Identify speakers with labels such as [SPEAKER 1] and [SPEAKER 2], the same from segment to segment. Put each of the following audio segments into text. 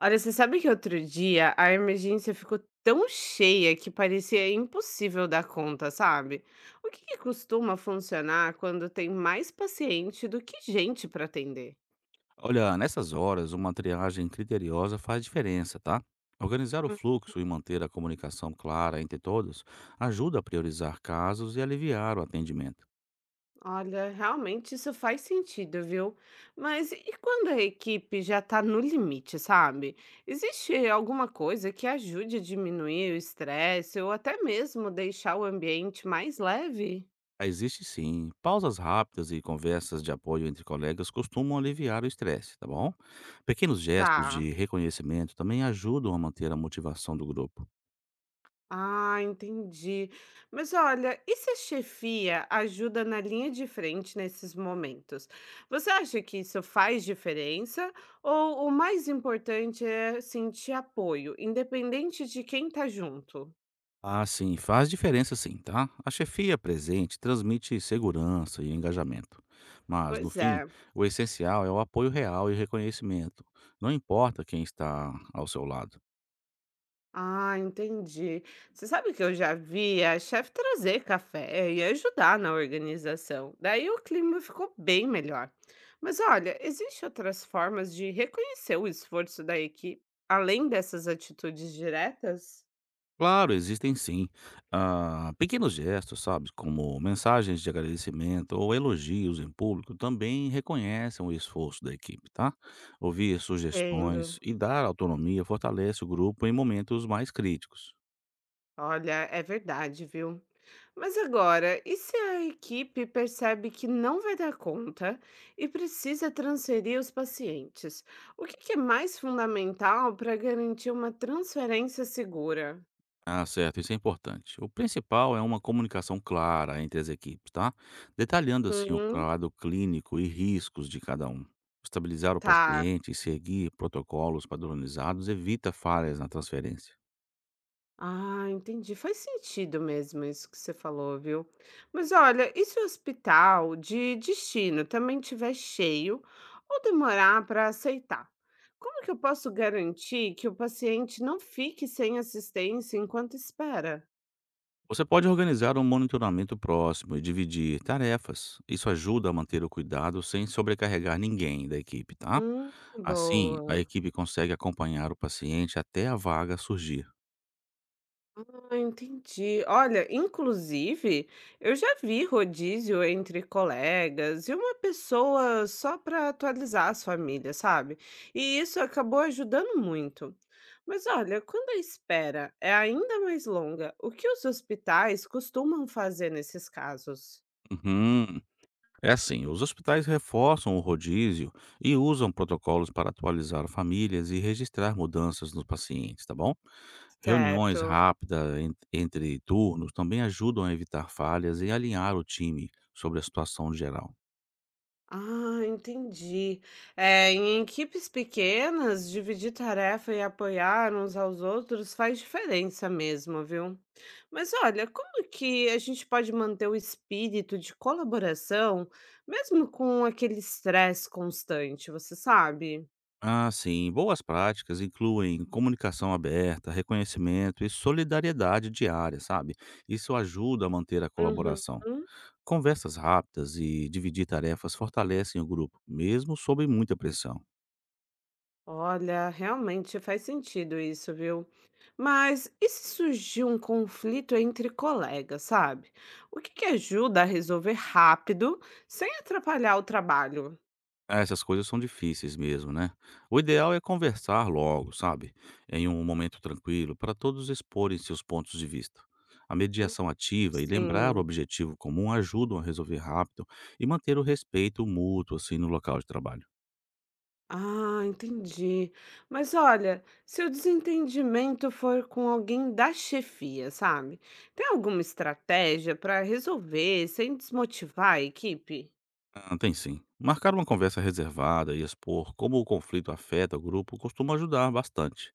[SPEAKER 1] Olha, você sabe que outro dia a emergência ficou tão cheia que parecia impossível dar conta, sabe? O que que costuma funcionar quando tem mais paciente do que gente para atender?
[SPEAKER 2] Olha, nessas horas, uma triagem criteriosa faz diferença, tá? Organizar o
[SPEAKER 1] Hum.
[SPEAKER 2] fluxo e manter a comunicação clara entre todos ajuda a priorizar casos e aliviar o atendimento.
[SPEAKER 1] Olha, realmente isso faz sentido, viu? Mas e quando a equipe já está no limite, sabe? Existe alguma coisa que ajude a diminuir o estresse ou até mesmo deixar o ambiente mais leve?
[SPEAKER 2] Ah, existe sim, pausas rápidas e conversas de apoio entre colegas costumam aliviar o estresse, tá bom? Pequenos gestos
[SPEAKER 1] Tá.
[SPEAKER 2] de reconhecimento também ajudam a manter a motivação do grupo.
[SPEAKER 1] Ah, entendi. Mas olha, e se a chefia ajuda na linha de frente nesses momentos? Você acha que isso faz diferença? Ou o mais importante é sentir apoio, independente de quem tá junto?
[SPEAKER 2] Ah, sim, faz diferença sim, tá? A chefia presente transmite segurança e engajamento. Mas, no
[SPEAKER 1] Pois
[SPEAKER 2] fim,
[SPEAKER 1] é.
[SPEAKER 2] o essencial é o apoio real e reconhecimento. Não importa quem está ao seu lado.
[SPEAKER 1] Ah, entendi. Você sabe que eu já vi a chefe trazer café e ajudar na organização. Daí o clima ficou bem melhor. Mas olha, existem outras formas de reconhecer o esforço da equipe, além dessas atitudes diretas?
[SPEAKER 2] Claro, existem sim, pequenos gestos, sabe? Como mensagens de agradecimento ou elogios em público também reconhecem o esforço da equipe, tá? Ouvir sugestões
[SPEAKER 1] Entendo.
[SPEAKER 2] e dar autonomia fortalece o grupo em momentos mais críticos.
[SPEAKER 1] Olha, é verdade, viu? Mas agora, e se a equipe percebe que não vai dar conta e precisa transferir os pacientes? O que que é mais fundamental para garantir uma transferência segura?
[SPEAKER 2] Ah, certo, isso é importante. O principal é uma comunicação clara entre as equipes, tá? Detalhando assim o
[SPEAKER 1] Hum.
[SPEAKER 2] quadro clínico e riscos de cada um. Estabilizar o
[SPEAKER 1] Tá.
[SPEAKER 2] paciente e seguir protocolos padronizados evita falhas na transferência.
[SPEAKER 1] Ah, entendi. Faz sentido mesmo isso que você falou, viu? Mas olha, e se o hospital de destino também estiver cheio ou demorar para aceitar? Como que eu posso garantir que o paciente não fique sem assistência enquanto espera?
[SPEAKER 2] Você pode organizar um monitoramento próximo e dividir tarefas. Isso ajuda a manter o cuidado sem sobrecarregar ninguém da equipe, tá?
[SPEAKER 1] Hum,
[SPEAKER 2] Assim, a
[SPEAKER 1] boa.
[SPEAKER 2] equipe consegue acompanhar o paciente até a vaga surgir.
[SPEAKER 1] Ah, entendi. Olha, inclusive, eu já vi rodízio entre colegas e uma pessoa só para atualizar as famílias, sabe? E isso acabou ajudando muito. Mas olha, quando a espera é ainda mais longa, o que os hospitais costumam fazer nesses casos?
[SPEAKER 2] Uhum. É assim, os hospitais reforçam o rodízio e usam protocolos para atualizar famílias e registrar mudanças nos pacientes, tá bom? Reuniões
[SPEAKER 1] Certo.
[SPEAKER 2] rápidas entre turnos também ajudam a evitar falhas e alinhar o time sobre a situação geral.
[SPEAKER 1] Ah, entendi. É, em equipes pequenas, dividir tarefa e apoiar uns aos outros faz diferença mesmo, viu? Mas olha, como que a gente pode manter o espírito de colaboração mesmo com aquele estresse constante, você sabe?
[SPEAKER 2] Ah, sim, boas práticas incluem comunicação aberta, reconhecimento e solidariedade diária, sabe? Isso ajuda a manter a
[SPEAKER 1] Uhum.
[SPEAKER 2] colaboração. Conversas rápidas e dividir tarefas fortalecem o grupo, mesmo sob muita pressão.
[SPEAKER 1] Olha, realmente faz sentido isso, viu? Mas e se surgir um conflito entre colegas, sabe? O que que ajuda a resolver rápido, sem atrapalhar o trabalho?
[SPEAKER 2] É, essas coisas são difíceis mesmo, né. O ideal é conversar logo, sabe, em um momento tranquilo para todos exporem seus pontos de vista. A
[SPEAKER 1] Hum.
[SPEAKER 2] mediação ativa e lembrar o
[SPEAKER 1] Sim.
[SPEAKER 2] objetivo comum ajudam a resolver rápido e manter o respeito mútuo, assim, no local de trabalho.
[SPEAKER 1] Ah, entendi. Mas olha, se o desentendimento for com alguém da chefia, sabe? Tem alguma estratégia para resolver sem desmotivar a equipe?
[SPEAKER 2] Ah, tem sim. Marcar uma conversa reservada e expor como o conflito afeta o grupo costuma ajudar bastante.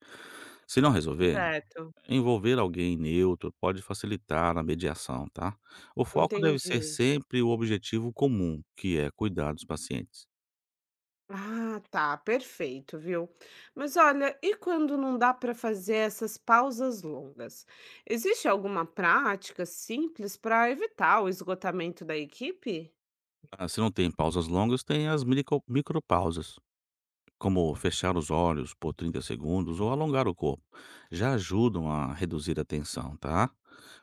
[SPEAKER 2] Se não resolver,
[SPEAKER 1] Certo,
[SPEAKER 2] envolver alguém neutro pode facilitar na mediação, tá? O foco deve ser
[SPEAKER 1] entendi.
[SPEAKER 2] sempre o objetivo comum, que é cuidar dos pacientes.
[SPEAKER 1] Ah, tá, perfeito, viu? Mas olha, e quando não dá para fazer essas pausas longas? Existe alguma prática simples para evitar o esgotamento da equipe?
[SPEAKER 2] Ah, se não tem pausas longas, tem as micropausas, como fechar os olhos por 30 segundos ou alongar o corpo. Já ajudam a reduzir a tensão, tá?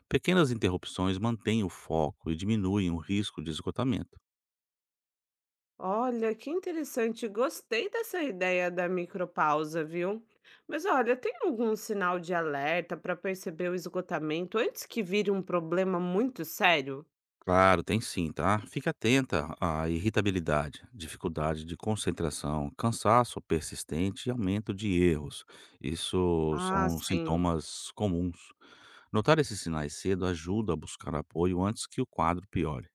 [SPEAKER 2] Pequenas interrupções mantêm o foco e diminuem o risco de esgotamento.
[SPEAKER 1] Olha, que interessante, gostei dessa ideia da micropausa, viu? Mas olha, tem algum sinal de alerta para perceber o esgotamento antes que vire um problema muito sério?
[SPEAKER 2] Claro, tem sim, tá? Fique atenta à irritabilidade, dificuldade de concentração, cansaço persistente e aumento de erros. Isso
[SPEAKER 1] Ah,
[SPEAKER 2] são
[SPEAKER 1] sim.
[SPEAKER 2] sintomas comuns. Notar esses sinais cedo ajuda a buscar apoio antes que o quadro piore.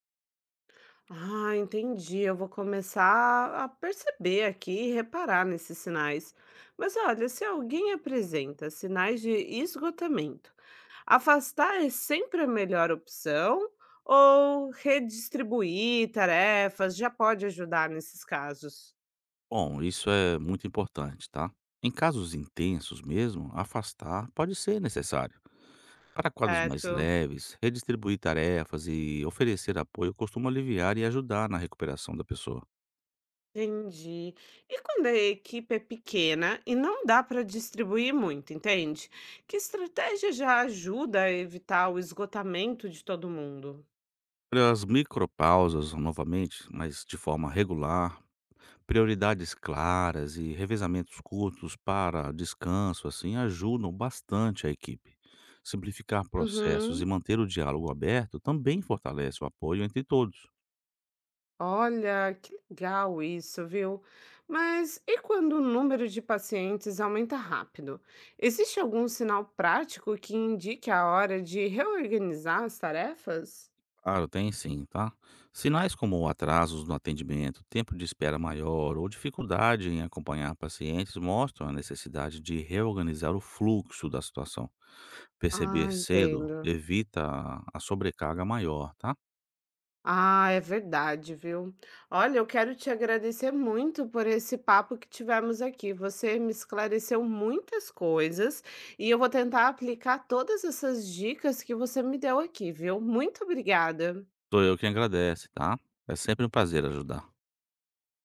[SPEAKER 1] Ah, entendi. Eu vou começar a perceber aqui e reparar nesses sinais. Mas olha, se alguém apresenta sinais de esgotamento, afastar é sempre a melhor opção ou redistribuir tarefas já pode ajudar nesses casos,
[SPEAKER 2] Bom, isso é muito importante, tá? Em casos intensos mesmo, afastar pode ser necessário. Para quadros mais
[SPEAKER 1] certo?
[SPEAKER 2] leves, redistribuir tarefas e oferecer apoio costuma aliviar e ajudar na recuperação da pessoa.
[SPEAKER 1] Entendi. E quando a equipe é pequena e não dá para distribuir muito, entende? Que estratégia já ajuda a evitar o esgotamento de todo mundo?
[SPEAKER 2] Olha, as micropausas novamente, mas de forma regular, prioridades claras e revezamentos curtos para descanso, assim, ajudam bastante a equipe. Simplificar processos e
[SPEAKER 1] Uhum.
[SPEAKER 2] manter o diálogo aberto também fortalece o apoio entre todos.
[SPEAKER 1] Olha, que legal isso, viu? Mas e quando o número de pacientes aumenta rápido? Existe algum sinal prático que indique a hora de reorganizar as tarefas?
[SPEAKER 2] Claro, tem sim, tá? Sinais como atrasos no atendimento, tempo de espera maior ou dificuldade em acompanhar pacientes mostram a necessidade de reorganizar o fluxo da situação.
[SPEAKER 1] Ah,
[SPEAKER 2] Perceber cedo
[SPEAKER 1] entendo.
[SPEAKER 2] evita a sobrecarga maior, tá?
[SPEAKER 1] Ah, é verdade, viu? Olha, eu quero te agradecer muito por esse papo que tivemos aqui. Você me esclareceu muitas coisas e eu vou tentar aplicar todas essas dicas que você me deu aqui, viu? Muito obrigada.
[SPEAKER 2] Sou eu quem agradece, tá? É sempre um prazer ajudar.